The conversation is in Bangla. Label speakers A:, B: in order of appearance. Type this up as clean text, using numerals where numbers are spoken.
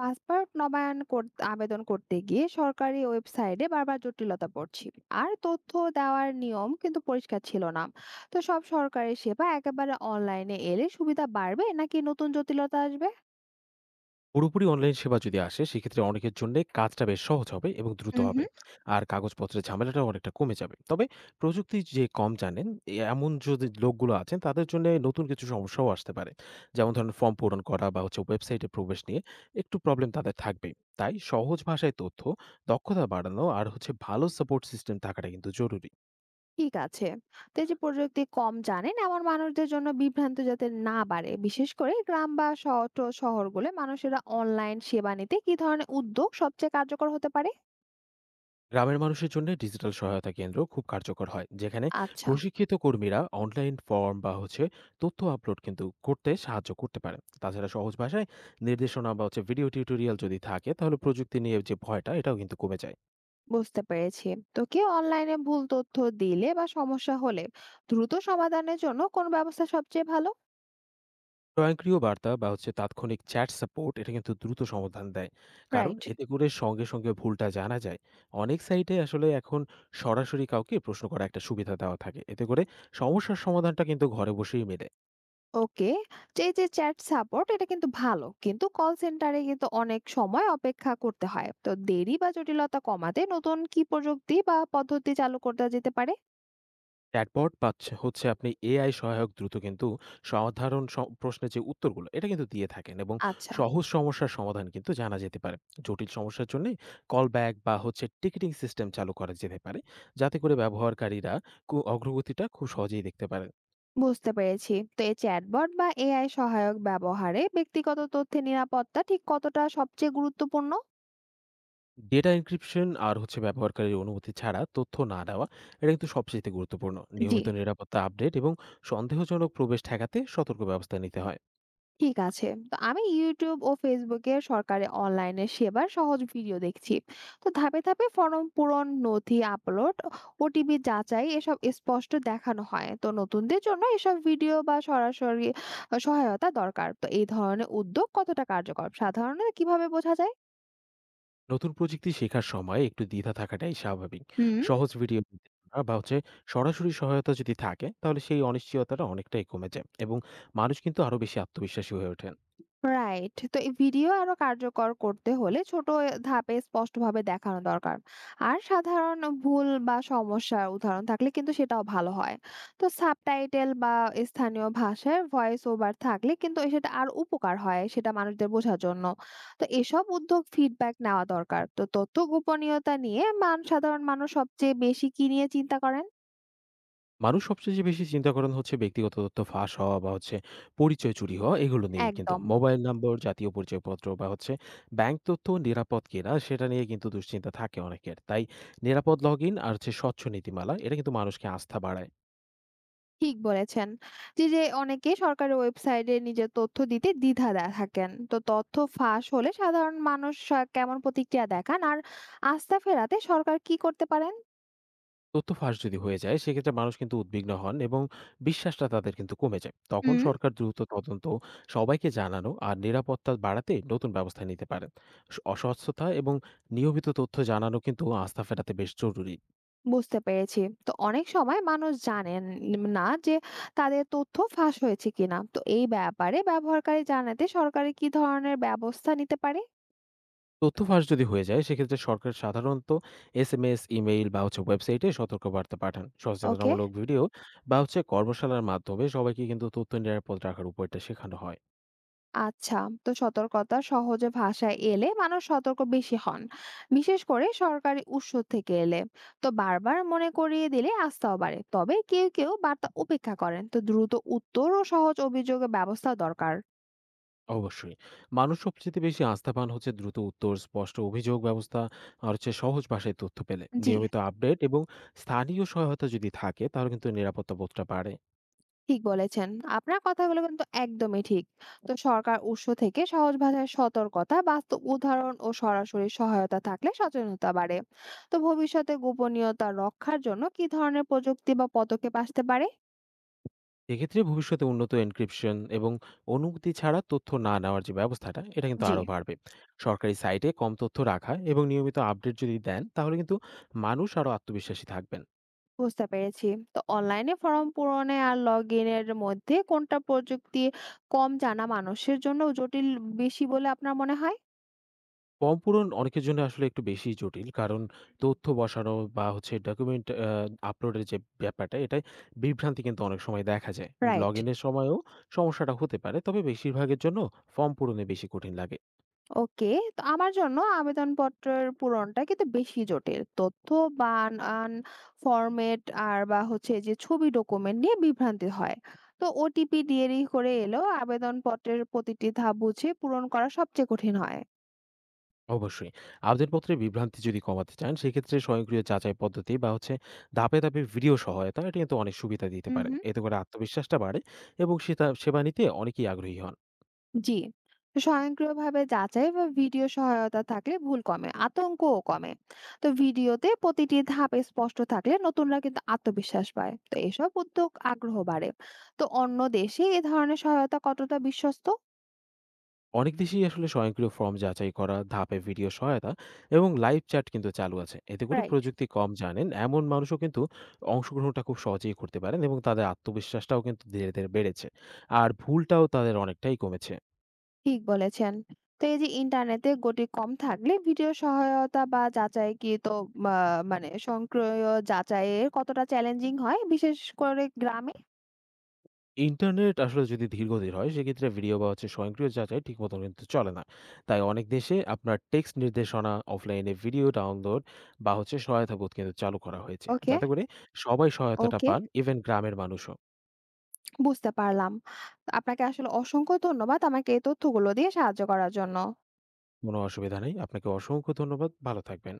A: পাসপোর্ট নবায়ন আবেদন করতে গিয়ে সরকারি ওয়েবসাইটে বারবার জটিলতা পড়ছি। আর তথ্য দেওয়ার নিয়ম কিন্তু পরিষ্কার ছিল না। তো সব সরকারি সেবা একেবারে অনলাইনে এলে সুবিধা বাড়বে নাকি নতুন জটিলতা আসবে?
B: পুরোপুরি অনলাইন সেবা যদি আসে সেক্ষেত্রে অনেকের জন্য কাজটা বেশ সহজ হবে এবং দ্রুত
A: হুম,
B: হবে।
A: হুম।
B: আর কাগজপত্রের ঝামেলাটাও অনেকটা কমে যাবে। তবে প্রযুক্তি যে কম জানেন এমন যদি লোকগুলো আছেন তাদের জন্য নতুন কিছু সমস্যাও আসতে পারে। যেমন ধরেন ফর্ম পূরণ করা বা ওয়েবসাইটে প্রবেশ নিয়ে একটু প্রবলেম তাদের থাকবেই। তাই সহজ ভাষায় তথ্য দক্ষতা বাড়ানো আর ভালো সাপোর্ট সিস্টেম থাকাটা কিন্তু জরুরি।
A: ঠিক আছে। তো এই যে প্রযুক্তি কম জানেন এমন মানুষদের জন্য বিভ্রান্ত যাতে না বাড়ে, বিশেষ করে গ্রাম বা শহরগুলো মানুষেরা অনলাইন সেবা নিতে কি ধরনের উদ্যোগ সবচেয়ে কার্যকর হতে পারে?
B: গ্রামের মানুষের জন্য ডিজিটাল সহায়তা কেন্দ্র খুব কার্যকর হয়, যেখানে
A: আচ্ছা।
B: প্রশিক্ষিত কর্মীরা অনলাইন ফর্ম বা তথ্য আপলোড কিন্তু করতে সাহায্য করতে পারে। তাছাড়া সহজ ভাষায় নির্দেশনা বা ভিডিও টিউটোরিয়াল যদি থাকে, তাহলে প্রযুক্তি নিয়ে যে ভয়টা এটাও কিন্তু কমে যায়।
A: বুঝতে পেরেছি। তো কেউ অনলাইনে ভুল তথ্য দিলে বা সমস্যা হলে দ্রুত সমাধানের জন্য কোন ব্যবস্থা সবচেয়ে ভালো?
B: স্বয়ংক্রিয় বার্তা বা তাৎক্ষণিক চ্যাট সাপোর্ট এটা কিন্তু দ্রুত সমাধান দেয়, কারণ
A: রাইট।
B: এতে করে সঙ্গে সঙ্গে ভুলটা জানা যায়। অনেক সাইটে আসলে এখন সরাসরি কাউকে প্রশ্ন করা একটা সুবিধা দেওয়া থাকে, এতে করে সমস্যার সমাধানটা কিন্তু ঘরে বসেই মেলে।
A: ওকে। যে এই যে চ্যাট সাপোর্ট এটা কিন্তু ভালো, কিন্তু কল সেন্টারে কিন্তু অনেক সময় অপেক্ষা করতে হয়। তো দেরি বা জটিলতা কমাতে নতুন কি প্রযুক্তি বা পদ্ধতি চালু করতে যেতে পারে?
B: চ্যাটবট বা ছ- হচ্ছে আপনি এআই সহায়ক দ্রুত কিন্তু সাধারণ প্রশ্নের যে উত্তরগুলো এটা কিন্তু দিয়ে থাকেন, এবং
A: আচ্ছা।
B: সহজ সমস্যার সমাধান কিন্তু জানা যেতে পারে। জটিল সমস্যার জন্য কল ব্যাক বা টিকিটিং সিস্টেম চালু করা যেতে পারে, যাতে করে ব্যবহারকারীরা অগ্রগতিটা খুব সহজেই দেখতে পারেন।
A: বুঝতে পেরেছি। তো এই চ্যাটবট বা এআই সহায়ক ব্যবহারে ব্যক্তিগত তথ্যের নিরাপত্তা ঠিক কতটা সবচেয়ে গুরুত্বপূর্ণ?
B: ডেটা এনক্রিপশন আর ব্যবহারকারীর অনুমতি ছাড়া তথ্য না দেওয়া এটা কিন্তু সবচেয়ে গুরুত্বপূর্ণ।
A: জি।
B: নিয়মিত নিরাপত্তা আপডেট এবং সন্দেহজনক প্রবেশ ঠেকাতে সতর্ক ব্যবস্থা নিতে হয়।
A: ঠিক আছে। তো আমি ইউটিউব ও ফেসবুকে সরকারি অনলাইনে সেবার সহজ ভিডিও দেখছি। তো ধাপে ধাপে ফর্ম পূরণ, নথি আপলোড, ওটিপি যাচাই এসব স্পষ্ট দেখানো হয়। তো নতুনদের জন্য এসব ভিডিও বা সরাসরি সহায়তা দরকার। তো এই ধরনের উদ্যোগ কতটা কার্যকর সাধারণত কিভাবে বোঝা যায়?
B: নতুন প্রযুক্তি শেখার সময় একটু দ্বিধা থাকাটাই স্বাভাবিক।
A: হুম।
B: সহজ ভিডিও নির্দেশনা বা সরাসরি সহায়তা যদি থাকে, তাহলে সেই অনিশ্চয়তাটা অনেকটাই কমে যায়, এবং মানুষ কিন্তু আরো বেশি আত্মবিশ্বাসী হয়ে ওঠেন।
A: রাইট। তো এই ভিডিও আরো কার্যকর করতে হলে ছোট ধাপে স্পষ্টভাবে দেখানো দরকার। আর সাধারণ ভুল বা সমস্যার উদাহরণ থাকলে কিন্তু সেটাও ভালো হয়। তো সাবটাইটেল বা স্থানীয় ভাষায় ভয়েস ওভার থাকলে কিন্তু এ সেটা আর উপকার হয়, সেটা মানুষদের বোঝার জন্য। তো এসব উদ্যোগ ফিডব্যাক নেওয়া দরকার। তো তথ্য গোপনীয়তা নিয়ে সাধারণ মানুষ সবচেয়ে বেশি কি নিয়ে চিন্তা করেন?
B: মানুষ সবচেয়ে যে বেশি চিন্তা করেন হচ্ছে ব্যক্তিগত তথ্য ফাঁস হওয়া বা পরিচয় চুরি হওয়া এগুলো নিয়েই কিন্তু।
A: একদম।
B: মোবাইল নম্বর, জাতীয় পরিচয়পত্র বা ব্যাংক তথ্য নিরাপদ কিনা সেটা নিয়ে কিন্তু দুশ্চিন্তা থাকে অনেকের। তাই নিরাপদ লগইন আর স্বচ্ছ নীতিমালা এটা কিন্তু মানুষকে আস্থা বাড়ায়।
A: ঠিক বলেছেন। যে অনেকে সরকারের ওয়েবসাইটে নিজের তথ্য দিতে দ্বিধা থাকেন। তো তথ্য ফাঁস হলে সাধারণ মানুষ কেমন প্রতিক্রিয়া দেখান? আর আস্থা ফেরাতে সরকার কি করতে পারেন?
B: তথ্য ফাঁস যদি হয়ে যায় সেক্ষেত্রে মানুষ কিন্তু উদ্বিগ্ন হন, এবং বিশ্বাসটা তাদের কিন্তু কমে যায়। তখন
A: হুম।
B: সরকার দ্রুত তদন্ত, সবাইকে জানানো আর নিরাপত্তা বাড়াতে নতুন ব্যবস্থা নিতে পারেন। অস্বস্থতা এবং নিয়মিত তথ্য জানানো কিন্তু আস্থা ফেরাতে বেশ জরুরি।
A: বুঝতে পেরেছি। তো অনেক সময় মানুষ জানেন না যে তাদের তথ্য ফাঁস হয়েছে কিনা। তো এই ব্যাপারে ব্যবহারকারী জানাতে সরকারের কি ধরনের ব্যবস্থা নিতে পারে?
B: তথ্য ফাঁস যদি হয়ে যায় সেক্ষেত্রে সরকার সাধারণত এসএমএস, ইমেইল বা ওয়েবসাইটে সতর্কবার্তা পাঠান।
A: ওকে।
B: সচেতনামূলক ভিডিও বা কর্মশালার মাধ্যমে সবাইকে কিন্তু তথ্য নিরাপদ রাখার উপায়টা শেখানো হয়।
A: আচ্ছা, তো সতর্কতা সহজে ভাষায় এলে মানুষ সতর্ক বেশি হন, বিশেষ করে সরকারি উৎস থেকে এলে। তো বারবার মনে করিয়ে দিলে আস্থাও বাড়ে। তবে কেউ কেউ বার্তা উপেক্ষা করেন। তো দ্রুত উত্তর ও সহজ অভিযোগের ব্যবস্থা দরকার।
B: অবশ্যই। মানুষ সবচেয়ে বেশি আস্থা পান হচ্ছে দ্রুত উত্তর, স্পষ্ট অভিযোগ ব্যবস্থা আর সহজ ভাষায় তথ্য পেলে।
A: জি,
B: নিয়মিত আপডেট এবং স্থানীয় সহায়তা যদি থাকে তাহলে কিন্তু নিরাপত্তা বোধটা বাড়ে।
A: ঠিক বলেছেন। আপনার কথাগুলো কিন্তু একদমই ঠিক। তো সরকার উৎস থেকে সহজ ভাষায় সতর্কতা, বাস্তব উদাহরণ ও সরাসরি সহায়তা থাকলে সচেতনতা বাড়ে। তো ভবিষ্যতে গোপনীয়তা রক্ষার জন্য কি ধরনের প্রযুক্তি বা পদক্ষেপ আসতে পারে?
B: এক্ষেত্রে ভবিষ্যতে উন্নত এনক্রিপশন এবং অনুমতি ছাড়া তথ্য না নেওয়ার যে ব্যবস্থাটা এটা কিন্তু
A: জি।
B: আরো বাড়বে। সরকারি সাইটে কম তথ্য রাখা এবং নিয়মিত আপডেট যদি দেন তাহলে কিন্তু মানুষ আরো আত্মবিশ্বাসী থাকবেন।
A: বুঝতে পেরেছি। তো অনলাইনে ফর্ম পূরণে আর লগইনের মধ্যে কোনটা প্রযুক্তি কম জানা মানুষের জন্য জটিল বেশি বলে আপনার মনে হয়?
B: ফর্ম পূরণ অনেকের জন্য আসলে একটু বেশি জটিল, কারণ তথ্য বসানো বা ডকুমেন্ট আপলোডের যে ব্যাপারটা এটাই বিভ্রান্তি কিন্তু অনেক সময় দেখা যায়। Log
A: right.
B: ইনের সময়ও সমস্যাটা হতে পারে, তবে বেশিরভাগের জন্য ফর্ম পূরণে বেশি কঠিন লাগে।
A: ওকে। তো আমার জন্য আবেদনপত্রের পূরণটা কিন্তু বেশি জটিল। তথ্য বান আন ফরমেট আর বা হচ্ছে যে ছবি ডকুমেন্ট নিয়ে বিভ্রান্তি হয়। তো ওটিপি দেরি করে এলেও আবেদনপত্রের প্রতিটি ধাপ বুঝে পূরণ করা সবচেয়ে কঠিন হয়।
B: অবশ্যই। আবেদনপত্রে বিভ্রান্তি যদি কমাতে চান, সেক্ষেত্রে স্বয়ংক্রিয় যাচাই পদ্ধতি বা ধাপে, ধাপে ভিডিও সহায়তা এটা কিন্তু অনেক সুবিধা দিতে
A: হুম।
B: পারে। এতে করে আত্মবিশ্বাসটা বাড়ে এবং সেতা সেবা নিতে অনেকেই আগ্রহী হন।
A: জি। স্বয়ংক্রিয়ভাবে যাচাই বা ভিডিও সহায়তা থাকলে ভুল কমে, আতঙ্কও কমে। তো ভিডিওতে প্রতিটি ধাপে স্পষ্ট থাকলে নতুনরা কিন্তু আত্মবিশ্বাস পায়। তো এসব উদ্যোগ আগ্রহ বাড়ে। তো অন্য দেশে এ ধরনের সহায়তা কতটা বিশ্বস্ত?
B: অনেক দেশেই আসলে স্বয়ংক্রিয় ফর্ম যাচাই করা, ধাপে ভিডিও সহায়তা এবং লাইভ চ্যাট কিন্তু চালু আছে। এতে করে
A: রাইট।
B: প্রযুক্তি কম জানেন এমন মানুষও কিন্তু অংশগ্রহণটা খুব সহজেই করতে পারেন, এবং তাদের আত্মবিশ্বাসটাও কিন্তু ধীরে, ধীরে বেড়েছে। আর ভুলটাও তাদের অনেকটাই কমেছে।
A: ঠিক বলেছেন। তো এই যে ইন্টারনেটে গতি কম থাকলে ভিডিও সহায়তা বা যাচাই কি তো মানে স্বয়ংক্রিয় যাচাইয়ের কতটা চ্যালেঞ্জিং হয় বিশেষ করে গ্রামে?
B: ইন্টারনেট আসলে যদি ধীরগতির হয় সেক্ষেত্রে ভিডিও বা স্বয়ংক্রিয় যাচাই ঠিক মতন কিন্তু চলে না। তাই অনেক দেশে আপনার টেক্সট নির্দেশনা, অফলাইনে ভিডিও ডাউনলোড বা সহায়তা বোধ কিন্তু চালু করা হয়েছে,
A: ওকে।
B: যাতে করে সবাই সহায়তাটা
A: ওকে।
B: পান ইভেন গ্রামের মানুষও।
A: বুঝতে পারলাম। আপনাকে আসলে অসংখ্য ধন্যবাদ আমাকে এই তথ্যগুলো দিয়ে সাহায্য করার জন্য।
B: কোনো অসুবিধা নেই। আপনাকে অসংখ্য ধন্যবাদ। ভালো থাকবেন।